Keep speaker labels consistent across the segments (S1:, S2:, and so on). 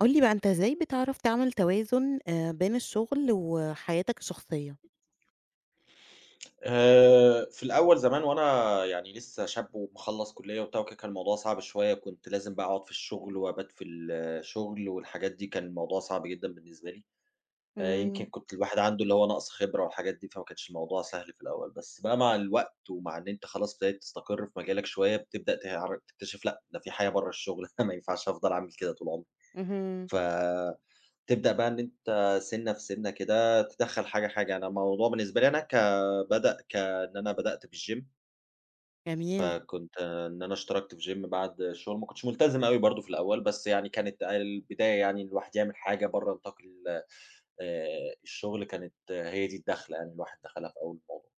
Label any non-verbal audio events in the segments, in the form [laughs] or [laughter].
S1: قُل لي بقى أنت إزاي بتعرف تعمل توازن بين الشغل وحياتك الشخصية؟
S2: في الأول زمان وأنا يعني لسه شاب ومخلّص كلية وبتاع وكده، كان الموضوع صعب شوية، كنت لازم بقى أقعد في الشغل وأبات في الشغل والحاجات دي، كان الموضوع صعب جدًا بالنسبة لي. يمكن
S1: إمم،
S2: كنت الواحد عنده اللي هو نقص خبرة والحاجات دي، فما كانش الموضوع سهل في الأول، بس بقى مع الوقت ومع إن أنت خلاص ابتديت تستقر في مجالك شوية، بتبدأ تكتشف لأ، ده في حياة برّه الشغل. [laughs] ما ينفعش أفضل أعمل كده طول عمري،
S1: اهم.
S2: ف تبدأ بقى إن أنت سِنّة في سِنّة كده تدخّل حاجة، حاجة. أنا الموضوع بالنسبة لي أنا ك بدأ كإن أنا بدأت في الgym،
S1: جميل.
S2: فكنت إن أنا اشتركت في gym بعد الشغل، ما كنتش ملتزم أوي برضه في الأول، بس يعني كانت البداية يعني الواحد يعمل حاجة برّه نطاق ال الشغل، كانت هي دي الدَخلة يعني الواحد دخلها في أول الموضوع.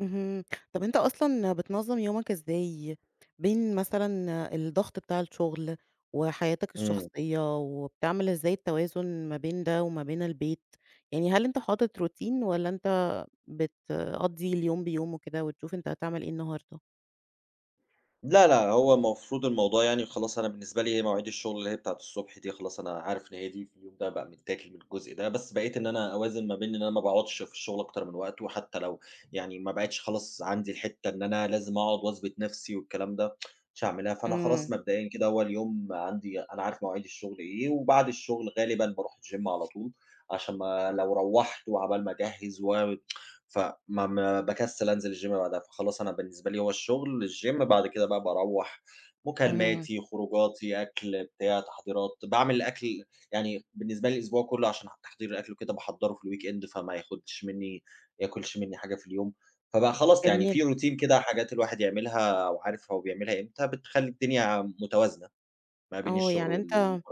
S1: اهم. طب أنت أصلًا بتنظّم يومك إزاي بين مثلًا الضغط بتاع الشغل وحياتك
S2: إمم.
S1: الشخصية، وبتعمل إزاي التوازن ما بين ده وما بين البيت؟ يعني هل أنت حاطط روتين والّا أنت بتقضّي اليوم بيومه كده وتشوف أنت هتعمل إيه النهارده؟
S2: لا، لا، هو المفروض الموضوع يعني خلاص أنا بالنسبة لي هي مواعيد الشغل اللي هي بتاعة الصبح دي خلاص أنا عارف إن هي دي، في اليوم ده بقى متاكل من الجزء ده، بس بقيت إن أنا أوازن ما بين إن أنا ما باقعدش في الشغل أكتر من وقته. حتى لو يعني ما بقتش خلاص عندي الحتّة إن أنا لازم أقعد وأثبت نَفْسي والكلام ده، مش هاعملها. فأنا خلاص
S1: إمم،
S2: مبدئيًا كده أول يوم عندي أنا عارف مواعيد الشغل إيه، وبعد الشغل غالبًا باروح الgym على طول، عشان ما لو روّحت وعقبال ما أجهّز و فما ما باكسّل أنزل الgym بعدها. فخلاص أنا بالنسبة لي هو الشغل، الgym بعد كده بقى باروّح
S1: اهم.
S2: مكالماتي، خروجاتي، أكل، بتاع، تحضيرات، باعمل الأكل يعني بالنسبة لي الأسبوع كلّه عشان تحضير الأكل وكده باحضّره في الweekend فما ياخدش منّي ياكلش منّي حاجة في اليوم. فبقى خلاص يعني
S1: جميل.
S2: في routine كده حاجات الواحد يعملها وعارف هو بيعملها إمتى، بتخلّي الدنيا متوازنة ما بين
S1: آه
S2: الشغل
S1: يعني أنت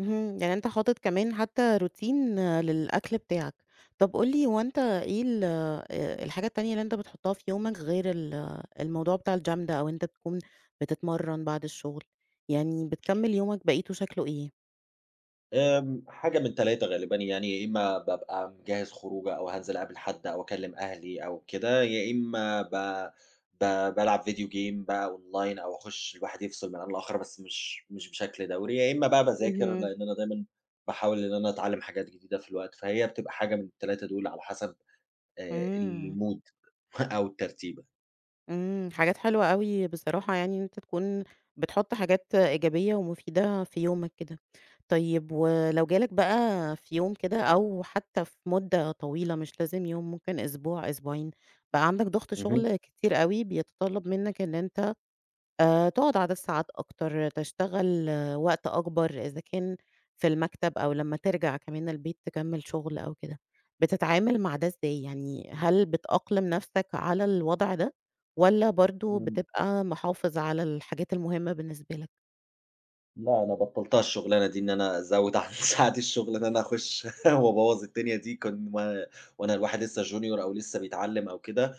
S1: اهم، يعني أنت حاطط كمان حتى روتين للأكل بتاعك. طب قُل لي هو أنت إيه ال الحاجة التانية اللي أنت بتحطها في يومك غير ال آه، الموضوع بتاع الgym ده أو أنت تكون بتتمرن بعد الشغل؟ يعني بتكمّل يومك بقيته شكله إيه؟
S2: حاجة من 3 غالبًا، يعني يا إمّا بابقى مجهّز خروجة أو هانزل أقابل حد أو أكلّم أهلي أو كده، يا إمّا ب ب بالعب فيديو game بقى online أو أخُش الواحد يفصل من عن الآخر بس مش بشكل دوري، يا إمّا بقى باذاكر
S1: اهم،
S2: لإن أنا دايمًا باحاول إن أنا أتعلّم حاجات جديدة في الوقت، فهي بتبقى حاجة من ال3 دول على حسب
S1: إمم.
S2: الmood [laughs] أو الترتيبة.
S1: إمم، حاجات حلوة أوي بصراحة يعني إن أنت تكون بتحُط حاجات إيجابية ومفيدة في يومك كده. طيب ولو جه لك بقى في يوم كده أو حتى في مدة طويلة مش لازم يوم، ممكن أسبوع، أسبوعين، بقى عندك ضغط
S2: اهم.
S1: شغل كتير أوي بيتطلب منك إن أنت تقعد عدد ساعات أكتر، تشتغل وقت أكبر إذا كان في المكتب أو لمّا ترجع كمان البيت تكمّل شغل أو كده. بتتعامل مع ده إزاي؟ يعني هل بتأقلم نَفْسك على الوضع ده والّا برضه
S2: إمم.
S1: بتبقى محافظ على الحاجات المهمة بالنسبة لك؟
S2: لا أنا بطّلتها الشغلانة دي إن أنا أزوّد عن [laughs] ساعات الشغل، إن أنا أخُش [laughs] وأبوّظ الدنيا دي، كان و وأنا الواحد لسه junior أو لسه بيتعلّم أو كده.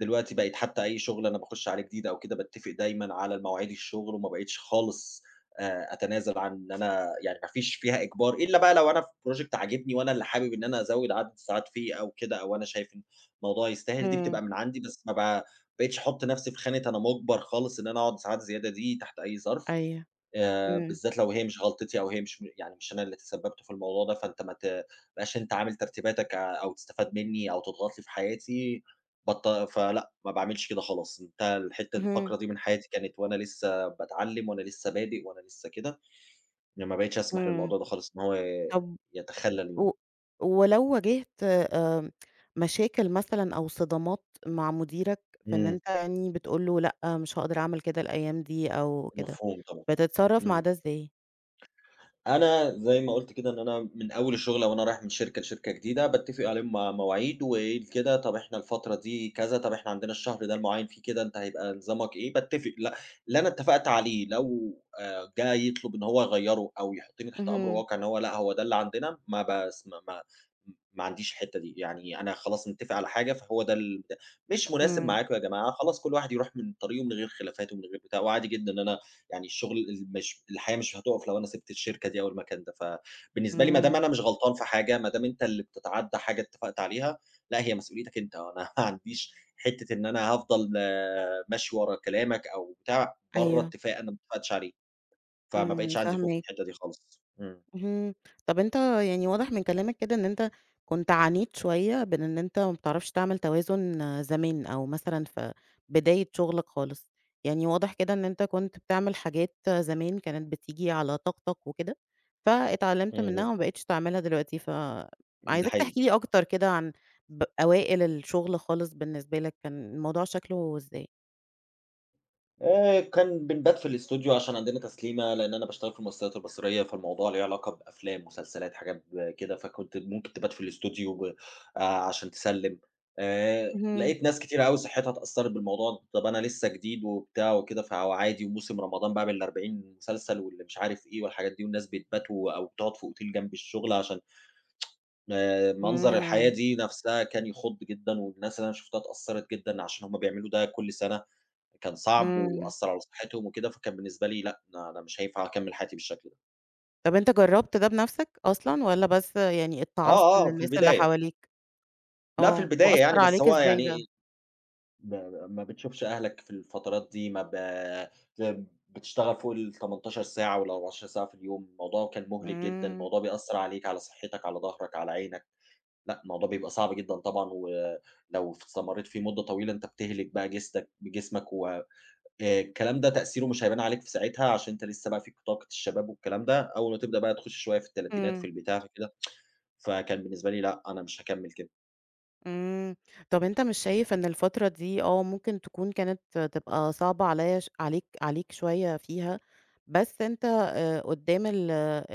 S2: دلوقتي بقيت حتّى أي شغل أنا باخُش عليه جديد أو كده، باتّفق دايمًا على مواعيد الشغل وما بقيتش خالص أتنازل عن إن أنا يعني ما فيش فيها إجبار، إلّا بقى لو أنا في project عاجبني وأنا اللي حابب إن أنا أزوّد عدد الساعات فيه أو كده، أو أنا شايف إن الموضوع يستاهل، دي
S1: إمم،
S2: بتبقى من عندي، بس ما ب بقيتش أحُط نَفْسي في خانة أنا مُجبر خالص إن أنا أقعد ساعات زيادة دي تحت أي ظرف.
S1: أيوه، إمم،
S2: بالذات لو هي مش غلطتي أو هي مش م يعني مش أنا اللي تسبّبت في الموضوع ده، فأنت ما تبقاش أنت عامل ترتيباتك أو تستفاد منّي أو تضغط لي في حياتي، بط فلأ، ما باعملش كده خلاص. انتهى
S1: اهم،
S2: الفقرة دي من حياتي كانت وأنا لسّه باتعلّم وأنا لسّه بادئ وأنا لسّه كده، يعني ما بقيتش أسمح
S1: إمم.
S2: للموضوع ده خالص إن هو
S1: طَب
S2: يتخلّل يومي.
S1: و ولو واجهت مشاكل مثلًا أو صدمات مع مديرك في إن
S2: إمم،
S1: أنت يعني بتقول له لأ، مش هاقدر أعمل كده الأيام دي أو كده،
S2: مفهوم طبعًا.
S1: بتتصرّف مع
S2: إمم.
S1: ده إزاي؟
S2: أنا زي ما قُلت كده إن أنا من أول الشغل أو أنا رايح من شركة لشركة جديدة، باتّفق عليهم مع مواعيد وكده، طَب إحنا الفترة دي كذا، طَب إحنا عندنا الشهر ده المعين فيه كده، أنت هيبقى نظامك إيه، باتّفق ل اللي أنا اتّفقت عليه لو جه يطلب إن هو يغيّره أو يحطّني تحت أمر
S1: اهم،
S2: واقع إن هو لأ، هو ده اللي عندنا، ما باسم ما ما ما عنديش الحتّة دي. يعني أنا خلاص نتّفق على حاجة فهو ده مش مناسب
S1: إمم،
S2: معاكم يا جماعة، خلاص كل واحد يروح من طريقه من غير خلافات ومن غير بتاع، وعادي جدًا إن أنا يعني الشغل ال مش الحياة مش هتُقف لو أنا سِبت الشركة دي أو المكان ده، فبالنسبة لي ما دام
S1: إمم،
S2: أنا مش غلطان في حاجة، ما دام أنت اللي بتتعدّى حاجة اتفقت عليها، لأ هي مسؤوليتك أنت. أنا [laughs] ما عنديش حتّة إن أنا هافضل ماشي ورا كلامك أو بتاع برّه
S1: أيوه،
S2: اتفاق أنا ما اتفقتش عليه، فما
S1: إمم،
S2: بقيتش عندي خوف من
S1: فاهماك.
S2: الحتّة دي خالص. إمم.
S1: اهم. طب أنت يعني واضح من كلامك كده إن أنت كنت عانيت شوية بين إن أنت ما بتعرفش تعمل توازن زمان أو مثلًا في بداية شغلك خالص، يعني واضح كده إن أنت كنت بتعمل حاجات زمان كانت بتيجي على طاقتك وكده، فاتعلمت منها
S2: إمم،
S1: وما بقيتش تعملها دلوقتي،
S2: إمم، ده
S1: فعايزاك
S2: حقيقي.
S1: تحكي لي أكتر كده عن أوائل الشغل خالص بالنسبة لك كان الموضوع شكله إزاي؟
S2: كان بنبات في الإستوديو عشان عندنا تسليمة، لإن أنا باشتغل في المؤسسات البصرية، فالموضوع ليه علاقة بأفلام، مسلسلات، حاجات كده، فكنت ممكن تبات في الإستوديو ب عشان تسلِّم.
S1: اهم،
S2: لقيت ناس كتيرة أوي صحتها اتأثّرت بالموضوع ده. طَب أنا لسه جديد وبتاع وكده، فعادي وموسم رمضان بقى بال40 مسلسل واللي مش عارف إيه والحاجات دي، والناس بتبات أو بتقعد في أوتيل جنب الشغل عشان منظر الحياة
S1: إمم،
S2: دي نَفْسها كان يخُض جدًا، والناس اللي أنا شُفتها اتأثّرت جدًا عشان هم بيعملوا ده كل سَنة. كان صعب
S1: إمم.
S2: وأثّر على صحتهم وكده، فكان بالنسبة لي لأ، أنا مش هينفع أكمّل حياتي بالشكل ده.
S1: طب أنت جرّبت ده بنَفْسك أصلًا والّا بس يعني اتعظت
S2: آه،
S1: من
S2: آه، في
S1: الناس اللي
S2: البداية.
S1: حواليك؟
S2: لأ في
S1: آه،
S2: البداية يعني،
S1: وأثّر
S2: بس
S1: عليك
S2: هو
S1: إزاي بقى؟
S2: يعني ب ما بتشوفش أهلك في الفترات دي، ما ب ت بتشتغل فوق ال18 ساعة وال14 ساعة في اليوم، الموضوع كان مُهلِك جدًا،
S1: إمم،
S2: الموضوع بيأثّر عليك، على صحتك، على ضهرك، على عينك، لأ الموضوع بيبقى صعب جدًا طبعًا. ولو استمرّيت فيه مدة طويلة أنت بتهلِك بقى جسدك بجسمك و الكلام ده تأثيره مش هيبان عليك في ساعتها، عشان أنت لسه بقى فيك طاقة الشباب والكلام ده، أول ما تبدأ بقى تخش شوية في التلاتينات في
S1: إمم.
S2: البتاع في كده، فكان بالنسبة لي لأ، أنا مش هاكمّل كده.
S1: إمم، طب أنت مش شايف إن الفترة دي ممكن تكون كانت تبقى صعبة عليَّ ش عليك عليك شوية فيها، بس أنت قدّام ال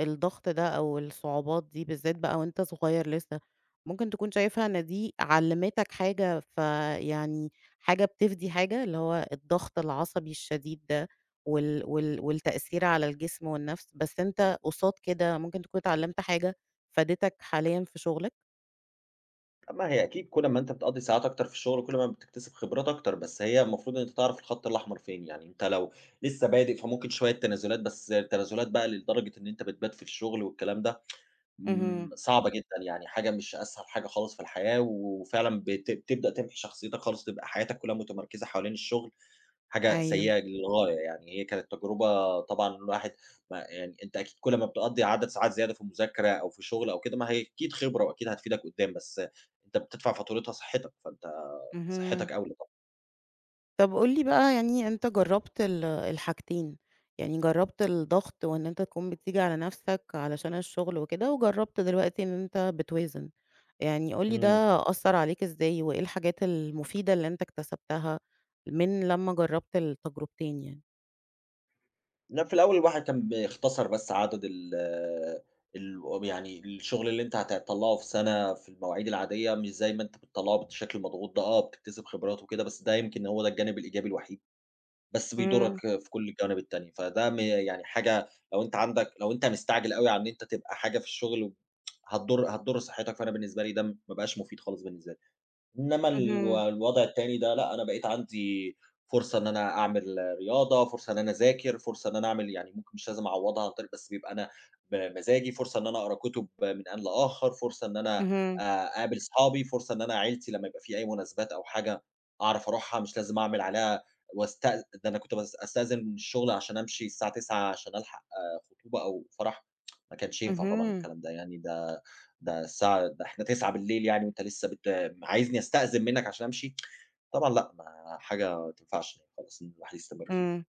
S1: الضغط ده أو الصعوبات دي بالذات بقى وأنت صغير لسه، ممكن تكون شايفها إن دي علّمتك حاجة فيعني حاجة بتفدي حاجة، اللي هو الضغط العصبي الشديد ده والتأثير على الجسم والنفس، بس أنت قصاد كده ممكن تكون اتعلمت حاجة فادتك حاليًا في شغلك؟
S2: أمّا هي أكيد كل ما أنت بتقضّي ساعات أكتر في الشغل، كل ما بتكتسب خبرات أكتر، بس هي المفروض إن أنت تعرف الخط الأحمر فين. يعني أنت لو لسه بادئ فممكن شوية تنازلات، بس تنازلات بقى لدرجة إن أنت بتبات في الشغل والكلام ده،
S1: اهم،
S2: إمم، صعبة جدًا يعني حاجة مش أسهل حاجة خالص في الحياة، وفعلًا بتبدأ تمحي شخصيتك خالص، تبقى حياتك كلها متمركزة حوالين الشغل. حاجة
S1: أيوه.
S2: سيئة للغاية، يعني هي كانت تجربة طبعًا الواحد ما يعني أنت أكيد كل ما بتقضّي عدد ساعات زيادة في المذاكرة أو في شغل أو كده، ما هي أكيد خبرة وأكيد هتفيدك قدّام، بس أنت بتدفع فاتورتها صحتك، فأنت
S1: اهم.
S2: صحتك أولى طبعًا.
S1: طب قُل لي بقى يعني أنت جرّبت الحاجتين، يعني جرّبت الضغط وإن أنت تكون بتيجي على نَفْسك علشان الشغل وكده، وجرّبت دلوقتي إن أنت بتوازن، يعني قُل لي
S2: إمم.
S1: ده أثّر عليك إزاي، وإيه الحاجات المفيدة اللي أنت اكتسبتها من لمّا جرّبت التجربتين يعني؟
S2: لأ، في الأول الواحد كان بيختصر بس عدد ال ال يعني الشغل اللي أنت هتطلّعه في سَنة في المواعيد العادية، مش زي ما أنت بتطلّعه بالشكل المضغوط ده، آه، بتكتسب خبرات وكده، بس ده يمكن هو ده الجانب الإيجابي الوحيد. بس
S1: إمم،
S2: بيضرك في كل الجوانب التانية، فده م يعني حاجة لو أنت مستعجل أوي على إن أنت تبقى حاجة في الشغل هتضر صحتك، فأنا بالنسبة لي ده ما بقاش مفيد خالص بالنسبة لي. إنما
S1: اهم،
S2: الوضع التاني ده لأ، أنا بقيت عندي فرصة إن أنا أعمل رياضة، فرصة إن أنا أذاكر، فرصة إن أنا أعمل يعني ممكن مش لازم أعوّضها عن طريق بس بيبقى أنا بمزاجي، فرصة إن أنا أقرا كُتب من آن لآخر، فرصة إن أنا
S1: اهم،
S2: أقابل صحابي، فرصة إن أنا عيلتي لمّا يبقى في أي مناسبات أو حاجة أعرف أروحها، مش لازم أعمل عليها واست ده أنا كنت أستأذن من الشغل عشان أمشي الساعة 09:00 عشان ألحق آه، خطوبة أو فرح. ما كانش ينفع طبعًا
S1: اهم،
S2: الكلام ده يعني ده الساعة ده إحنا 21:00 يعني وأنت لسه بت عايزني أستأذن منّك عشان أمشي؟ طبعًا لأ، ما تنفعش خالص إن الواحد يستمر فيها.
S1: إمم.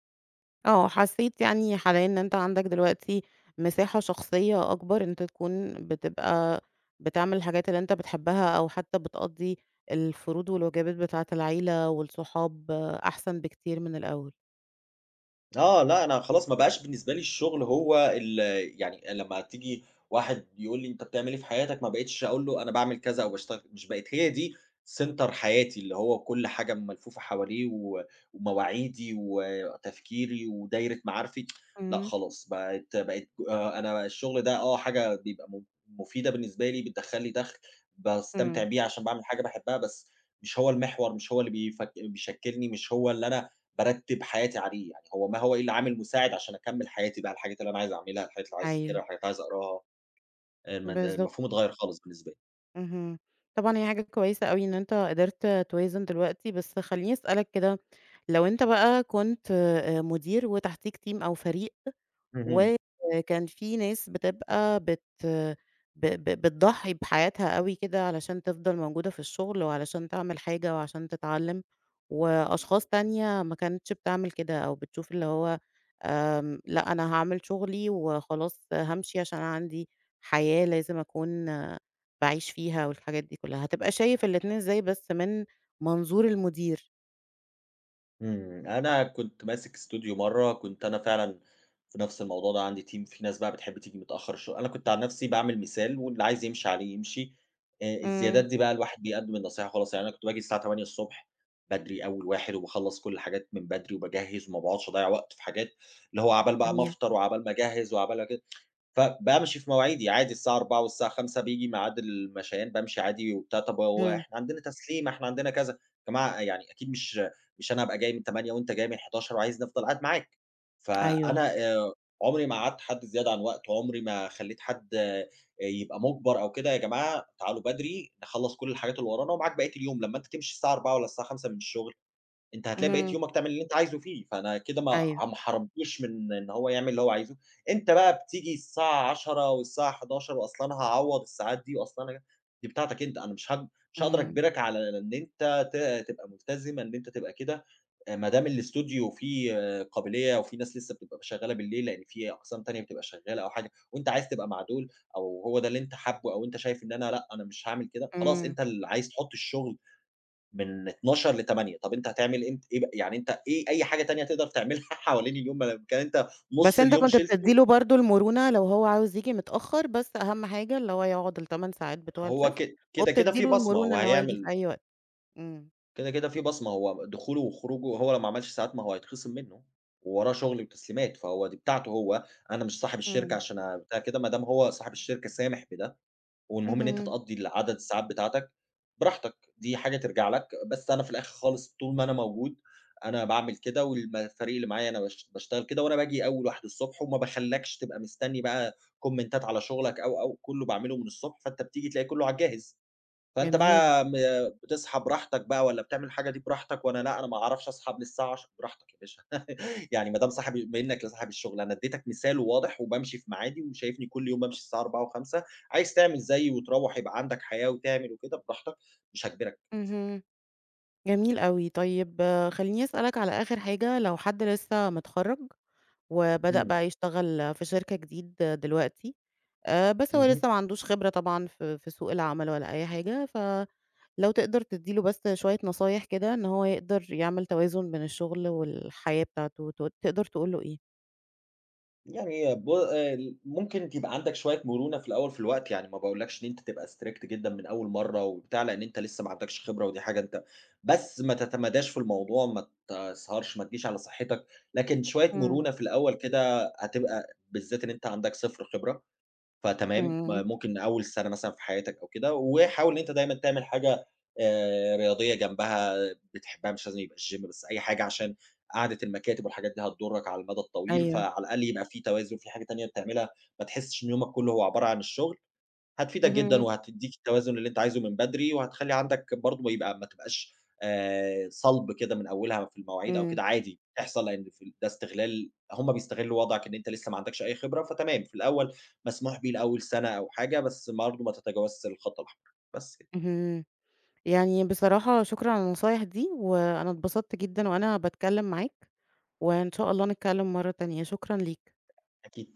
S1: آه، حسّيت يعني حاليًا إن أنت عندك دلوقتي مساحة شخصية أكبر، أنت تكون بتبقى بتعمل الحاجات اللي أنت بتحبها أو حتى بتقضّي الفروض والواجبات بتاعة العيلة والصحاب أحسن بكتير من الأول.
S2: آه، لأ، أنا خلاص ما بقاش بالنسبة لي الشغل هو يعني لمّا تيجي واحد يقول لي: "أنت بتعمل إيه في حياتك؟" ما بقيتش أقول له: "أنا باعمل كذا أو باشتغل." مش بقت هي دي سنتر حياتي، اللي هو كل حاجة ملفوفة حواليه ومواعيدي وتفكيري ودايرة معارفي. لأ،
S1: إمم،
S2: خلاص بقت أنا الشغل ده آه، حاجة بيبقى مفيدة بالنسبة لي، بتدخّل لي دخل، باستمتع
S1: إمم.
S2: بيه عشان باعمل حاجة باحبها، بس مش هو المحور، مش هو اللي بيفك بيشكّلني، مش هو اللي أنا بارتّب حياتي عليه، يعني هو ما هو إلّا عامل مساعد عشان أكمّل حياتي بقى، الحاجات اللي أنا عايز أعملها، الحاجات اللي عايز
S1: أيوه،
S2: أذاكرها، الحاجات اللي عايز أقراها، آه، المفهوم
S1: بالضبط،
S2: اتغيّر خالص بالنسبة لي.
S1: اهم. طبعًا هي حاجة كويسة أوي إن أنت قدرت توازن دلوقتي، بس خلّيني أسألك كده، لو أنت بقى كنت مدير وتحتيك team أو فريق
S2: اهم،
S1: وكان في ناس بتبقى بت ب ب بتضحّي بحياتها أوي كده علشان تفضل موجودة في الشغل، وعلشان تعمل حاجة، وعشان تتعلّم، وأشخاص تانية ما كانتش بتعمل كده، أو بتشوف اللي هو لأ أنا هاعمل شغلي وخلاص هامشي عشان أنا عندي حياة لازم أكون باعيش فيها والحاجات دي كلّها، هتبقى شايف الاتنين إزاي بس من منظور المدير؟
S2: إمم، أنا كنت ماسك استوديو مرّة، كنت أنا فعلًا في نفس الموضوع ده، عندي team في ناس بقى بتحب تيجي متأخّر الشغل، أنا كنت عن نفسي باعمل مثال واللي عايز يمشي عليه يمشي. الزيادات
S1: إمم،
S2: دي بقى الواحد بيقدّم النصيحة خلاص. يعني أنا كنت باجي الساعة 08:00 بدري أول واحد وباخلّص كل الحاجات من بدري وباجهّز وما باقعدش أضيّع وقت في حاجات، اللي هو عقبال بقى ما
S1: جميل،
S2: أفطر وعقبال ما أجهّز وعقبال ما كده. فبامشي في مواعيدي عادي الساعة 16:00 والساعة 17:00 بييجي ميعاد المشيان بامشي عادي وبتاع. طَب هو
S1: إمم،
S2: إحنا عندنا تسليمة، إحنا عندنا كذا، يا جماعة يعني أكيد مش أنا هابقى جاي من 08:00 وأنت جاي من 11:00 وعايزني أفضل قاعد معاك.
S1: أيوه،
S2: فأنا عمري ما قعّدت حد زيادة عن وقته، عمري ما خلّيت حد آه، يبقى مُجبر أو كده، يا جماعة تعالوا بدري نخلّص كل الحاجات اللي ورانا ومعاك بقية اليوم، لمّا أنت تمشي الساعة 16:00 والّا الساعة 17:00 من الشغل أنت هتلاقي بقية
S1: اهم،
S2: يومك تعمل اللي أنت عايزه فيه، فأنا كده
S1: أيوه،
S2: ما حرمتوش من إن هو يعمل اللي هو عايزه. أنت بقى بتيجي الساعة 22:00 والساعة 11:00 وأصل أنا هاعوّض الساعات دي وأصل أنا دي بتاعتك أنت، أنا مش هاقدر
S1: إمم،
S2: أجبرك على إن أنت ت تبقى ملتزم، إن أنت تبقى كده. ما دام الاستوديو فيه آه، قابلية وفي ناس لسه بتبقى شغالة بالليل، لإن في أقسام تانية بتبقى شغالة أو حاجة، وأنت عايز تبقى مع دول أو هو ده اللي أنت حابه أو أنت شايف إن أنا لأ، أنا مش هاعمل كده، خلاص
S1: إمم.
S2: أنت اللي عايز تحط الشغل من 12:00 ل20:00. طب أنت هتعمل أنت إيه بقى، يعني أنت إيه أي حاجة تانية تقدر تعملها [laughs] حوالين اليوم ما دام كان أنت
S1: بس
S2: نُص
S1: أنت
S2: اليوم
S1: كنت بتدّي
S2: شِلته.
S1: له برضه المرونة لو هو عاوز ييجي متأخّر، بس أهم حاجة اللي هو يقعد ال8 ساعات بتوع
S2: هو
S1: الShift
S2: ك كده، كده
S1: وبتدّي
S2: في
S1: له
S2: بصمة،
S1: المرونة
S2: هو
S1: إن هو ييجي في
S2: هيعمل
S1: أي وقت. إمم.
S2: كده، كده في بصمة، هو دخوله وخروجه هو لو ما عملش ساعات ما هو هيتخصم منه، ووراه شغل وتسليمات، فهو دي بتاعته هو، أنا مش صاحب الشركة
S1: إمم.
S2: عشان بتاع كده، ما دام هو صاحب الشركة سامح بده والمهم إن أنت
S1: اهم.
S2: تقضّي العدد الساعات بتاعتك براحتك، دي حاجة ترجع لك. بس أنا في الآخر خالص طول ما أنا موجود أنا باعمل كده الفريق اللي معايا أنا باشتغل كده وأنا باجي أول واحد الصبح وما باخلّكش تبقى مستني بقى كومنتات على شغلك أو، أو، كُلّه باعمله من الصبح، فأنت بتيجي تلاقي كُلّه على الجاهز. فأنت
S1: جميل.
S2: بقى م بتصحى براحتك بقى والّا بتعمل الحاجة دي براحتك، وأنا لأ، أنا ما أعرفش أصحى قبل الساعة 10:00 براحتك يا باشا. [laughs] يعني ما دام صاحب منّك لصاحب الشغل، أنا اديتك مثال واضح وبامشي في ميعادي وشايفني كل يوم بامشي الساعة 16:00 و17:00. عايز تعمل زيي وتروّح يبقى عندك حياة وتعمل وكده براحتك، مش هاجبرك.
S1: اهم. جميل أوي. طيب خلّيني أسألك على آخر حاجة، لو حد لسه متخرّج وبدأ
S2: إمم،
S1: بقى يشتغل في شركة جديد دلوقتي، بس هو
S2: اهم.
S1: لسه ما عندوش خبرة طبعًا في سوق العمل ولا أي حاجة، لو تقدر تدّي له بس شوية نصايح كده إن هو يقدر يعمل توازن بين الشغل والحياة بتاعته، تقدر تقول له إيه؟
S2: يعني ب ممكن تبقى عندك شوية مرونة في الأول في الوقت، يعني ما باقولكش إن أنت تبقى strict جدًا من أول مرّة وبتاع، لإن أنت لسه ما عندكش خبرة ودي حاجة أنت بس ما تتماداش في الموضوع، ما تسهرش، ما تجيش على صحتك. لكن شوية
S1: إمم،
S2: مرونة في الأول كده هتبقى بالذات إن أنت عندك 0 خبرة. فتمام،
S1: إمم،
S2: ممكن أول سَنة مثلًا في حياتك أو كده. وحاول إن أنت دايمًا تعمل حاجة رياضية جنبها بتحبها، مش لازم يبقى الgym بس أي حاجة عشان قعدة المكاتب والحاجات دي هتضرّك على المدى الطويل،
S1: أيوه،
S2: فعلى الأقل يبقى في توازن، في حاجة تانية بتعملها، ما تحسّش إن يومك كُلّه هو عبارة عن الشغل. هتفيدك جدًا
S1: اهم،
S2: وهتدّيك التوازن اللي أنت عايزه من بدري، وهتخلّي عندك برضه ما تبقاش صلب كده من أولها في المواعيد أو
S1: إمم،
S2: كده عادي بتحصل، لإن في ده استغلال هم بيستغلّوا وضعك إن أنت لسه ما عندكش أي خبرة. فتمام في الأول مسموح بيه لأول سنة أو حاجة، بس برضه ما تتجاوزش الخط الأحمر، بس كده.
S1: اهم. يعني بصراحة شكرًا على النصايح دي، وأنا اتبسطت جدًا وأنا باتكلّم معاك، وإن شاء الله نتكلّم مرّة تانية، شكرًا ليك.
S2: أكيد.